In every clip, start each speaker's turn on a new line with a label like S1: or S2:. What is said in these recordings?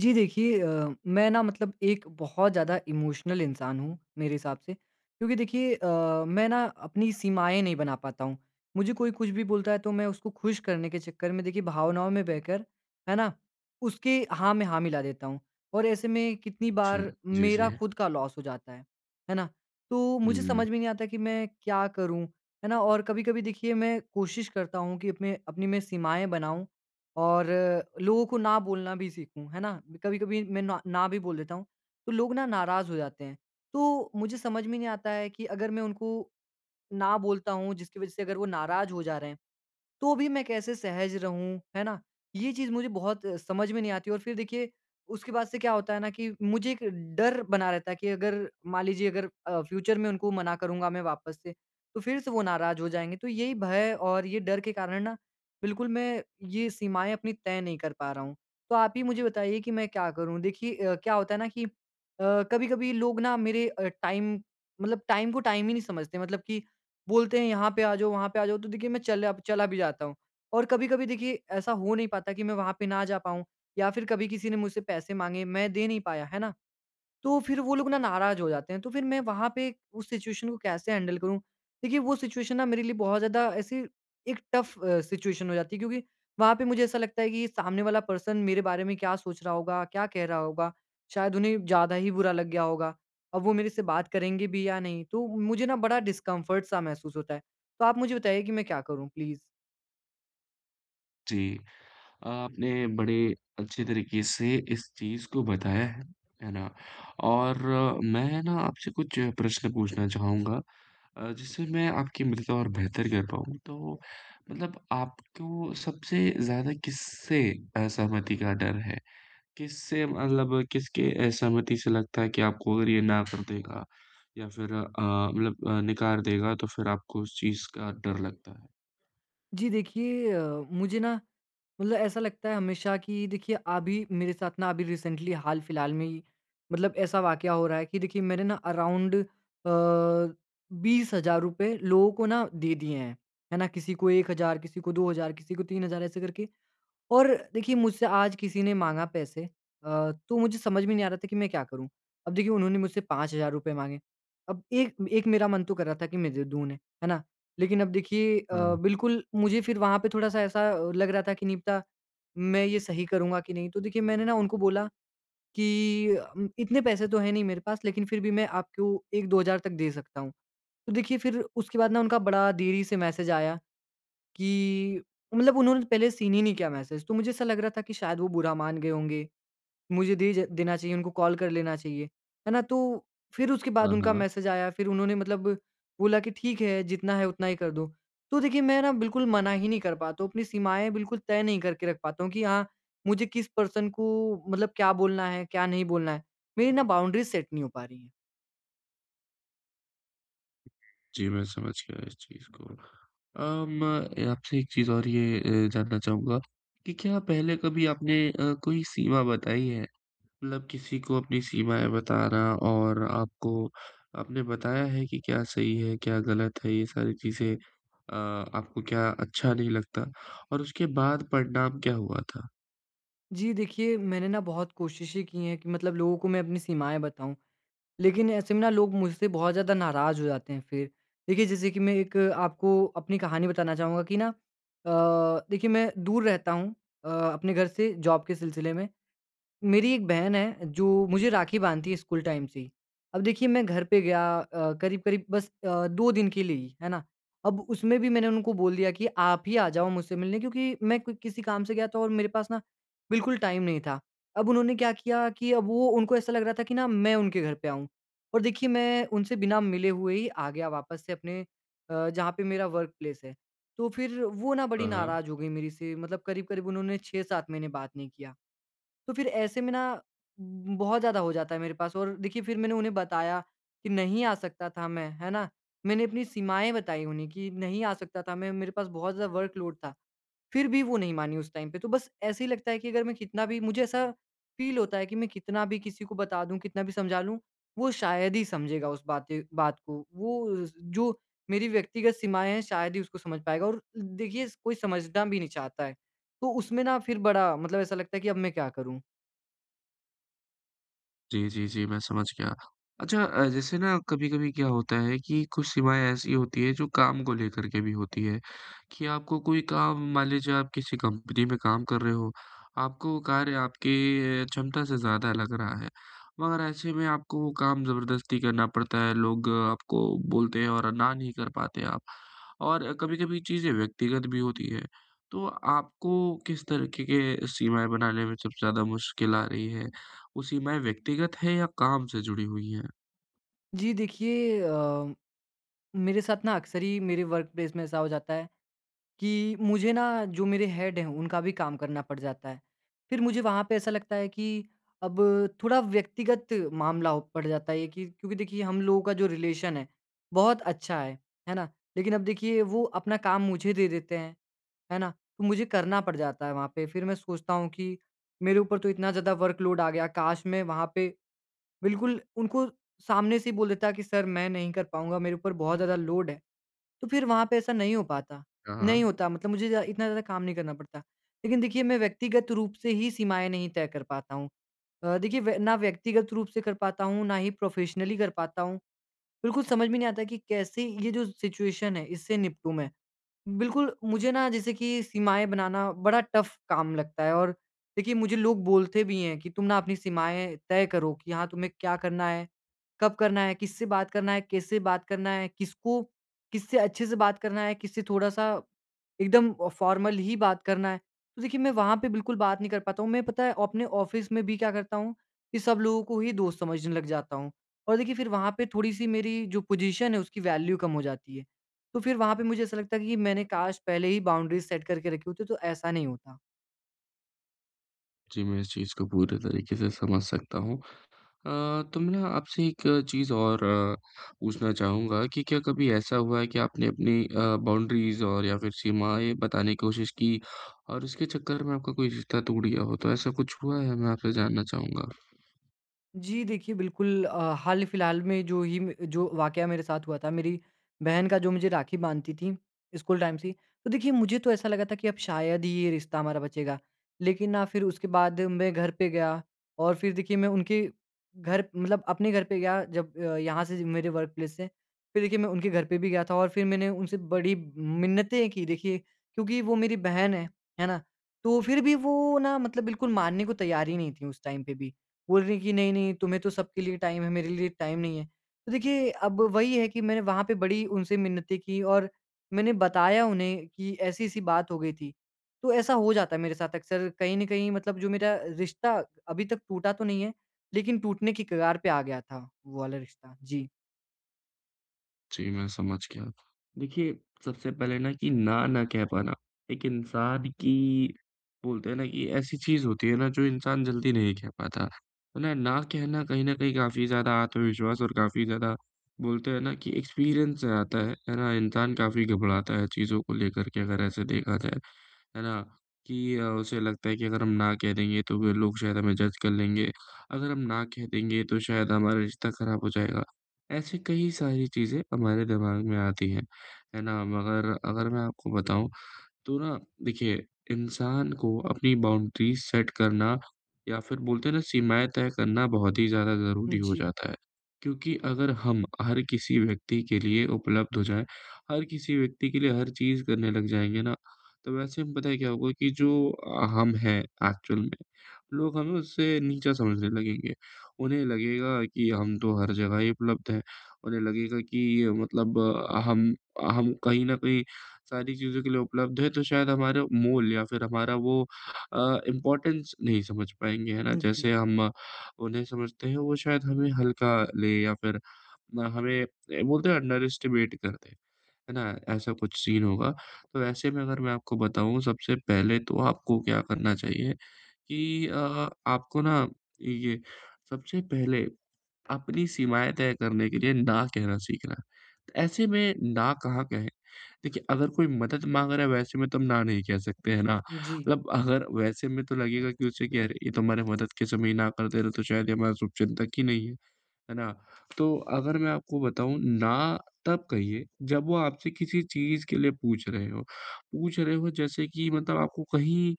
S1: जी देखिए मैं ना मतलब एक बहुत ज़्यादा इमोशनल इंसान हूँ मेरे हिसाब से क्योंकि देखिए मैं ना अपनी सीमाएं नहीं बना पाता हूँ। मुझे कोई कुछ भी बोलता है तो मैं उसको खुश करने के चक्कर में देखिए भावनाओं में बहकर, है ना, उसके हाँ में हाँ मिला देता हूँ। और ऐसे में कितनी
S2: अच्छा,
S1: बार
S2: जी,
S1: मेरा
S2: जी।
S1: खुद का लॉस हो जाता है ना। तो मुझे
S2: हुँ,
S1: समझ में नहीं आता कि मैं क्या करूँ, है ना। और कभी कभी देखिए मैं कोशिश करता हूँ कि अपने अपनी मैं सीमाएं बनाऊँ और लोगों को ना बोलना भी सीखूँ, है ना? कभी-कभी मैं ना ना भी बोल देता हूँ, तो लोग ना नाराज़ हो जाते हैं। तो मुझे समझ में नहीं आता है कि अगर मैं उनको ना बोलता हूँ, जिसकी वज़ह से अगर वो नाराज़ हो जा रहे हैं, तो भी मैं कैसे सहज रहूँ, है ना? ये चीज़ मुझे बहुत समझ में नहीं आती, और फिर देखिए उसके बाद से क्या होता है ना कि मुझे एक डर बना रहता है कि अगर मान लीजिए अगर फ्यूचर में उनको मना करूँगा मैं वापस से, तो फिर से वो नाराज़ हो जाएँगे। तो यही भय और ये डर के कारण ना बिल्कुल मैं ये सीमाएँ अपनी तय नहीं कर पा रहा हूँ। तो आप ही मुझे बताइए कि मैं क्या करूँ? देखिए क्या होता है ना कि कभी-कभी लोग ना मेरे टाइम मतलब टाइम को टाइम ही नहीं समझते मतलब कि बोलते हैं यहाँ पे आ जाओ, वहाँ पे आ जाओ, तो देखिए मैं चला चला भी जाता हूँ। और कभी-कभी देखिए ऐसा हो नहीं पाता कि मैं वहाँ पे ना जा पाऊँ, या फिर कभी किसी ने मुझसे पैसे माँगे, मैं दे नहीं पाया, है ना? तो फिर वो लोग ना नाराज़ हो जाते हैं। तो फिर मैं वहाँ पे उस सिचुएशन को कैसे हैंडल करूँ? देखिए वो सिचुएशन ना मेरे लिए बहुत ज़्यादा ऐसी एक टफ़ सिचुएशन हो जाती है, क्योंकि वहाँ पे मुझे ऐसा लगता है कि सामने वाला पर्सन मेरे बारे में क्या सोच रहा होगा, क्या कह रहा होगा, शायद उन्हें ज़्यादा ही बुरा लग गया होगा। अब वो मेरे से बात करेंगे भी या नहीं? तो मुझे ना बड़ा डिस्कम्फ़र्ट सा महसूस होता है। तो आप मुझे बताइए कि मैं क्या करूँ प्लीज़?
S2: जी। आपने बड़े अच्छे तरीके से इस चीज़ को बताया है ना? और मैं ना आपसे कुछ प्रश्न पूछना चाहूँगा जिससे मैं आपकी मदद और बेहतर कर पाऊँ। तो मतलब आपको सबसे ज़्यादा किससे असहमति का डर है? किससे मतलब किसके असहमति से लगता है कि आपको अगर ये ना कर देगा या फिर मतलब नकार देगा तो फिर आपको उस चीज़ का डर लगता है?
S1: जी देखिए मुझे ना मतलब ऐसा लगता है हमेशा कि देखिए अभी मेरे साथ ना अभी रिसेंटली हाल फिलहाल में ही मतलब ऐसा वाकया हो रहा है कि देखिए मैंने ना अराउंड 20,000 रुपये लोगों को ना दे दिए हैं, है ना। किसी को 1,000, किसी को 2,000, किसी को 3,000 ऐसे करके। और देखिए मुझसे आज किसी ने माँगा पैसे, तो मुझे समझ में नहीं आ रहा था कि मैं क्या करूँ? अब देखिए उन्होंने मुझसे ₹5,000 माँगे। अब एक एक मेरा मन तो कर रहा था कि मैं दे दूँ उन्हें, है ना? लेकिन अब देखिए
S2: हाँ,
S1: बिल्कुल मुझे फिर वहाँ पे थोड़ा-सा ऐसा लग रहा था कि नहीं पता मैं ये सही करूँगा कि नहीं? तो देखिए मैंने ना उनको बोला कि इतने पैसे तो हैं नहीं मेरे पास, लेकिन फिर भी मैं आपको 1-2 हज़ार तक दे सकता हूँ। तो देखिए फिर उसके बाद ना उनका बड़ा देरी से मैसेज आया कि मतलब उन्होंने पहले सीन ही नहीं किया मैसेज, तो मुझे ऐसा लग रहा था कि शायद वो बुरा मान गए होंगे, मुझे दे ज देना चाहिए, उनको कॉल कर लेना चाहिए, है ना? तो फिर उसके बाद
S2: हाँ,
S1: उनका
S2: हाँ।
S1: मैसेज आया, फिर उन्होंने मतलब बोला कि ठीक है, जितना है उतना ही कर दो। तो देखिए, मैं ना बिल्कुल मना ही नहीं कर पाता हूँ, अपनी सीमाएँ बिल्कुल तय नहीं करके रख पाता हूँ कि हाँ, मुझे किस पर्सन को मतलब क्या बोलना है, क्या नहीं बोलना है। मेरी ना बाउंड्रीज़ सेट नहीं हो पा रही हैं।
S2: जी, मैं समझ गया इस चीज़ को। मैं आपसे एक चीज़ और ये जानना चाहूँगा कि क्या पहले कभी आपने कोई सीमा बताई है? मतलब किसी को अपनी सीमाएँ बताना और आपको आपने बताया है कि क्या सही है, क्या गलत है, ये सारी चीज़ें आपको क्या अच्छा नहीं लगता और उसके बाद परिणाम क्या हुआ था?
S1: जी देखिए, मैंने ना बहुत कोशिशें की हैं कि मतलब लोगों को मैं अपनी सीमाएँ बताऊँ। लेकिन ऐसे में ना लोग मुझसे बहुत ज़्यादा नाराज़ हो जाते हैं फिर। देखिए जैसे कि मैं एक आपको अपनी कहानी बताना चाहूँगा कि ना, देखिए मैं दूर रहता हूँ अपने घर से जॉब के सिलसिले में। मेरी एक बहन है जो मुझे राखी बांधती है स्कूल टाइम से ही। अब देखिए मैं घर पे गया करीब-करीब बस 2 दिन के लिए ही, है ना? अब उसमें भी मैंने उनको बोल दिया कि आप ही आ जाओ मुझसे मिलने, क्योंकि मैं कोई किसी काम से गया था और मेरे पास ना बिल्कुल टाइम नहीं था। अब उन्होंने क्या किया कि अब वो उनको ऐसा लग रहा था कि ना मैं उनके घर पे आऊँ, और देखिए मैं उनसे बिना मिले हुए ही आ गया वापस से अपने, जहाँ पे मेरा वर्क प्लेस है। तो फिर वो ना बड़ी
S2: अ
S1: नाराज़ हो गई मेरे से मतलब करीब-करीब उन्होंने 6-7 महीने बात नहीं किया। तो फिर ऐसे में ना, बहुत ज़्यादा हो जाता है मेरे पास, और देखिए फिर मैंने उन्हें बताया कि नहीं आ सकता था मैं, है ना? मैंने अपनी सीमाएँ बताई उन्हें कि नहीं आ सकता था मैं, मेरे पास बहुत ज़्यादा वर्कलोड था। फिर भी वो नहीं मानी उस टाइम पे। तो बस ऐसे ही लगता है कि अगर मैं कितना भी, मुझे ऐसा फ़ील होता है कि मैं कितना भी किसी को बता दूँ, कितना भी समझा लूँ, वो शायद ही समझेगा उस बात को। वो स जो मेरी व्यक्तिगत सीमाएँ हैं शायद ही उसको समझ पाएगा, और देखिए कोई समझना भी नहीं चाहता है। तो उसमें ना फिर बड़ा मतलब ऐसा लगता है कि अब मैं क्या करूँ?
S2: जी, जी, जी, मैं समझ गया। अच्छा जैसे ना कभी-कभी क्या होता है कि कुछ सीमाएँ ऐसी होती हैं जो काम को लेकर के भी होती है, कि आपको कोई काम मान लीजिए आप किसी कंपनी में काम कर रहे हो, आपको वो कार्य आपकी क्षमता से ज़्यादा लग रहा है, मगर ऐसे में आपको वो काम ज़बरदस्ती करना पड़ता है, लोग आपको बोलते हैं और ना नहीं कर पाते आप। और कभी-कभी चीज़ें व्यक्तिगत भी होती हैं, तो आपको किस तरीके के सीमाएँ बनाने में सबसे ज़्यादा मुश्किल आ रही है? वो सीमाएँ व्यक्तिगत है या काम से जुड़ी हुई हैं?
S1: जी देखिए मेरे साथ ना अक्सर ही मेरे वर्क प्लेस में ऐसा हो जाता है कि मुझे ना जो मेरे हेड हैं उनका भी काम करना पड़ जाता है। फिर मुझे वहाँ पे ऐसा लगता है कि अब थोड़ा व्यक्तिगत मामला हो पड़ जाता है ये कि, क्योंकि देखिए हम लोगों का जो रिलेशन है बहुत अच्छा है ना? लेकिन अब देखिए वो अपना काम मुझे दे देते हैं, है ना? तो मुझे करना पड़ जाता है वहाँ पे। फिर मैं सोचता हूँ कि मेरे ऊपर तो इतना ज़्यादा वर्कलोड आ गया, काश मैं वहाँ पे बिल्कुल, उनको सामने से ही बोल देता कि सर मैं नहीं कर पाऊँगा, मेरे ऊपर बहुत ज़्यादा लोड है। तो फिर वहाँ पे ऐसा नहीं हो पाता,
S2: हाँ,
S1: नहीं
S2: हाँ।
S1: होता मतलब मुझे ज़्या इतना ज़्यादा काम नहीं करना पड़ता। लेकिन देखिए मैं व्यक्तिगत रूप से ही सीमाएँ नहीं तय कर पाता हूँ। देखिए व ना व्यक्तिगत रूप से कर पाता हूँ, ना ही प्रोफ़ेशनली कर पाता हूँ। बिल्कुल समझ में नहीं आता कि कैसे ये जो सिचुएशन है इससे निपटूँ मैं? बिल्कुल, मुझे ना जैसे कि सीमाएँ बनाना बड़ा टफ़ काम लगता है, और देखिए मुझे लोग बोलते भी हैं कि तुम ना अपनी सीमाएँ तय करो कि हाँ, तुम्हें क्या करना है, कब करना है, किससे बात करना है, कैसे बात करना है, किसको किससे अच्छे से बात करना है, किससे थोड़ा-सा एकदम फ़ॉर्मल ही बात करना है। तो देखिए मैं वहाँ पे बिल्कुल बात नहीं कर पाता हूँ। मैं पता है अपने ऑफ़िस में भी क्या करता हूँ कि सब लोगों को ही दोस्त समझने लग जाता हूँ। और देखिए फिर वहाँ पे थोड़ी-सी मेरी जो पोज़ीशन है उसकी वैल्यू कम हो जाती है। तो फिर वहाँ पे मुझे ऐसा लगता है कि मैंने काश पहले ही बाउंड्रीज़ सेट करके रखी होती तो ऐसा नहीं होता।
S2: जी, मैं इस चीज़ को पूरे तरीके से समझ सकता हूँ। अ, तो मैं ना आपसे एक चीज़ और पूछना चाहूँगा कि क्या कभी ऐसा हुआ है कि आपने अपनी बाउंड्रीज़ और या फिर सीमाएँ बताने की कोशिश की और इसके चक्कर में आपका कोई रिश्ता टूट गया हो? तो ऐसा कुछ हुआ है? मैं आपसे जानना चाहूँगा।
S1: जी, देखिए बिल्कुल हाल-फिलहाल में जो ही म जो वाकया मेरे साथ हुआ था, मेरी बहन का जो मुझे राखी बाँधती थी, स्कूल टाइम से ही। तो देखिए मुझे तो ऐसा लगा था कि अब शायद ही ये रिश्ता हमारा बचेगा। लेकिन ना फिर उसके बाद मैं घर पे गया और फिर देखिए मैं उनके घर मतलब अपने घर पे गया जब यहाँ से मेरे वर्क प्लेस से। फिर देखिए मैं उनके घर पे भी गया था, और फिर मैंने उनसे बड़ी मिन्नतें की देखिए, क्योंकि वो मेरी बहन है ना? तो फिर भी वो ना मतलब बिल्कुल मानने को तैयार ही नहीं थी उस टाइम पे भी। बोल रही कि नहीं, नहीं तुम्हें तो सबके लिए टाइम है, मेरे लिए टाइम नहीं है। तो देखिए अब वही है कि मैंने वहाँ पे बड़ी उनसे मिन्नतें की, और मैंने बताया उन्हें कि ऐसी-ऐसी बात हो गई थी। तो ऐसा हो जाता है मेरे साथ अक्सर कहीं न कहीं मतलब जो मेरा रिश्ता अभी तक टूटा तो नहीं है, लेकिन टूटने की कगार पे आ गया था वो वाला रिश्ता। जी।
S2: जी, मैं समझ गया। देखिए, सबसे पहले ना कि ना ना कह पाना, एक इंसान की बोलते हैं ना कि ऐसी चीज़ होती है ना जो इंसान जल्दी नहीं कह पाता। है ना? ना कहना कहीं न कहीं काफ़ी ज़्यादा आत्मविश्वास और काफ़ी ज़्यादा बोलते हैं ना कि एक्सपीरियंस से आता है। है ना? इंसान काफ़ी घबराता है चीज़ों को लेकर के अगर ऐसे देखा जाए। है ना? कि उसे लगता है कि अगर हम ना कह देंगे तो फिर लोग शायद हमें जज कर लेंगे। अगर हम ना कह देंगे तो शायद हमारा रिश्ता खराब हो जाएगा। ऐसी कई सारी चीज़ें हमारे दिमाग में आती हैं। है ना? मगर अगर मैं आपको बताऊँ तो ना देखिए, इंसान को अपनी बाउंड्रीज़ सेट करना या फिर बोलते हैं ना सीमाएँ तय करना बहुत ही ज़्यादा ज़रूरी हो
S1: जी,
S2: जाता है। क्योंकि अगर हम हर किसी व्यक्ति के लिए उपलब्ध हो जाएँ, हर किसी व्यक्ति के लिए हर चीज़ करने लग जाएँगे ना, तो वैसे में पता है क्या होगा कि जो हम हैं एक्चुअल में, लोग हमें उससे नीचा समझने लगेंगे। उन्हें लगेगा कि हम तो हर जगह ही उपलब्ध हैं। उन्हें लगेगा कि ये मतलब अ, हम हम कहीं न कहीं सारी चीज़ों के लिए उपलब्ध है, तो शायद हमारा मोल या फिर हमारा वो अ, इम्पोर्टेंस नहीं समझ पाएँगे, है ना?
S1: जी,
S2: जैसे हम उन्हें समझते हैं, वो शायद हमें हल्का लें या फिर ना हमें बोलते हैं अंडर एस्टिमेट कर दें, है ना? ऐसा कुछ सीन होगा। तो ऐसे में अगर मैं आपको बताऊँ सबसे पहले तो आपको क्या करना चाहिए कि आपको ना ये सबसे पहले अपनी सीमाएँ तय करने के लिए ना कहना सीखना। तो ऐसे में ना कहाँ कहें? देखिए अगर कोई मदद माँग रहा है वैसे में तो हम ना नहीं कह सकते हैं ना।
S1: जी, जी,
S2: मतलब अगर वैसे में तो लगेगा कि उसे कि अरे ये तो हमारे मदद के समय ही ना कर दे रहे तो शायद ये हमारा शुभचिंतक ही नहीं है। है ना? तो अगर मैं आपको बताऊँ ना तब कहिए जब वो आपसे किसी चीज़ के लिए पूछ रहे हो। पूछ रहे हो जैसे कि मतलब आपको कहीं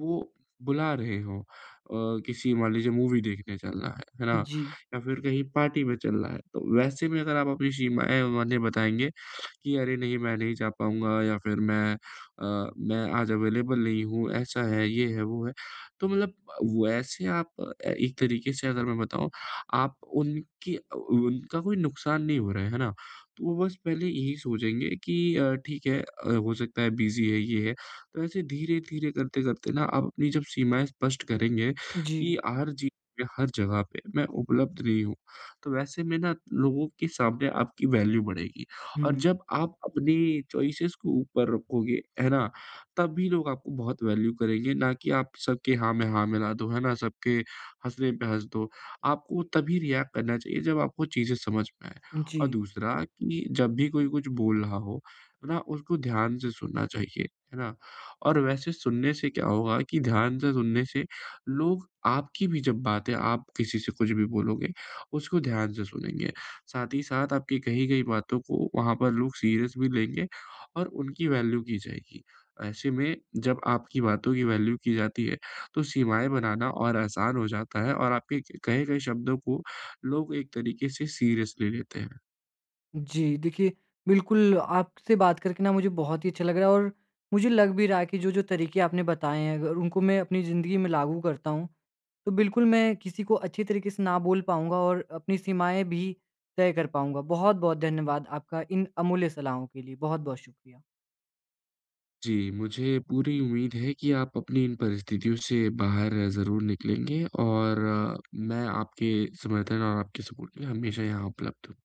S2: वो बुला रहे हो किसी मान लीजिए मूवी देखने चलना है ना?
S1: जी,
S2: या फिर कहीं पार्टी में चलना है। तो वैसे में अगर आप अपनी सीमाएँ उन्हें बताएँगे कि अरे नहीं मैं नहीं जा पाऊँगा या फिर मैं मैं आज अवेलेबल नहीं हूँ, ऐसा है, ये है, वो है। तो मतलब वैसे आप एक तरीके से अगर मैं बताऊँ आप उनकी उनका कोई नुकसान नहीं हो रहा है ना? तो वो बस पहले यही सोचेंगे कि ठीक है हो सकता है बिज़ी है, ये है। तो ऐसे धीरे-धीरे करते-करते ना आप अपनी जब सीमाएँ स्पष्ट करेंगे
S1: जी,
S2: कि हर चीज़ में, हर जगह पे मैं उपलब्ध नहीं हूँ। तो वैसे में ना लोगों के सामने आपकी वैल्यू बढ़ेगी और
S1: हुँ,
S2: जब आप अपनी चॉइसेस को ऊपर रखोगे, है ना? तभी लोग आपको बहुत वैल्यू करेंगे, ना कि आप सबके हाँ में हाँ मिला दो, है ना? सबके हँसने पे हँस दो। आपको तभी रिएक्ट करना चाहिए जब आपको चीज़ें समझ में आएँ। और
S1: जी।
S2: दूसरा कि जब भी कोई कुछ बोल रहा हो, है ना, उसको ध्यान से सुनना चाहिए, है ना? और वैसे सुनने से क्या होगा कि ध्यान से सुनने से लोग आपकी भी जब बातें आप किसी से कुछ भी बोलोगे, उसको ध्यान से सुनेंगे। साथ ही साथ आपकी कही गई बातों को वहाँ पर लोग सीरियस भी लेंगे और उनकी वैल्यू की जाएगी। ऐसे में जब आपकी बातों की वैल्यू की जाती है तो सीमाएँ बनाना और आसान हो जाता है और आपके कहे गए शब्दों को लोग एक तरीके से सीरियसली लेते हैं।
S1: जी, देखिए, बिल्कुल आपसे बात करके ना मुझे बहुत ही अच्छा लग रहा है, और मुझे लग भी रहा है कि जो-जो तरीके आपने बताए हैं अगर उनको मैं अपनी ज़िंदगी में लागू करता हूँ, तो बिल्कुल मैं किसी को अच्छे तरीके से ना बोल पाऊँगा और अपनी सीमाएँ भी तय कर पाऊँगा। बहुत-बहुत धन्यवाद आपका इन अमूल्य सलाहों के लिए। बहुत-बहुत शुक्रिया।
S2: जी, मुझे पूरी उम्मीद है कि आप अपनी इन परिस्थितियों से बाहर ज़रूर निकलेंगे और मैं आपके समर्थन और आपके सपोर्ट के लिए हमेशा यहाँ उपलब्ध हूँ।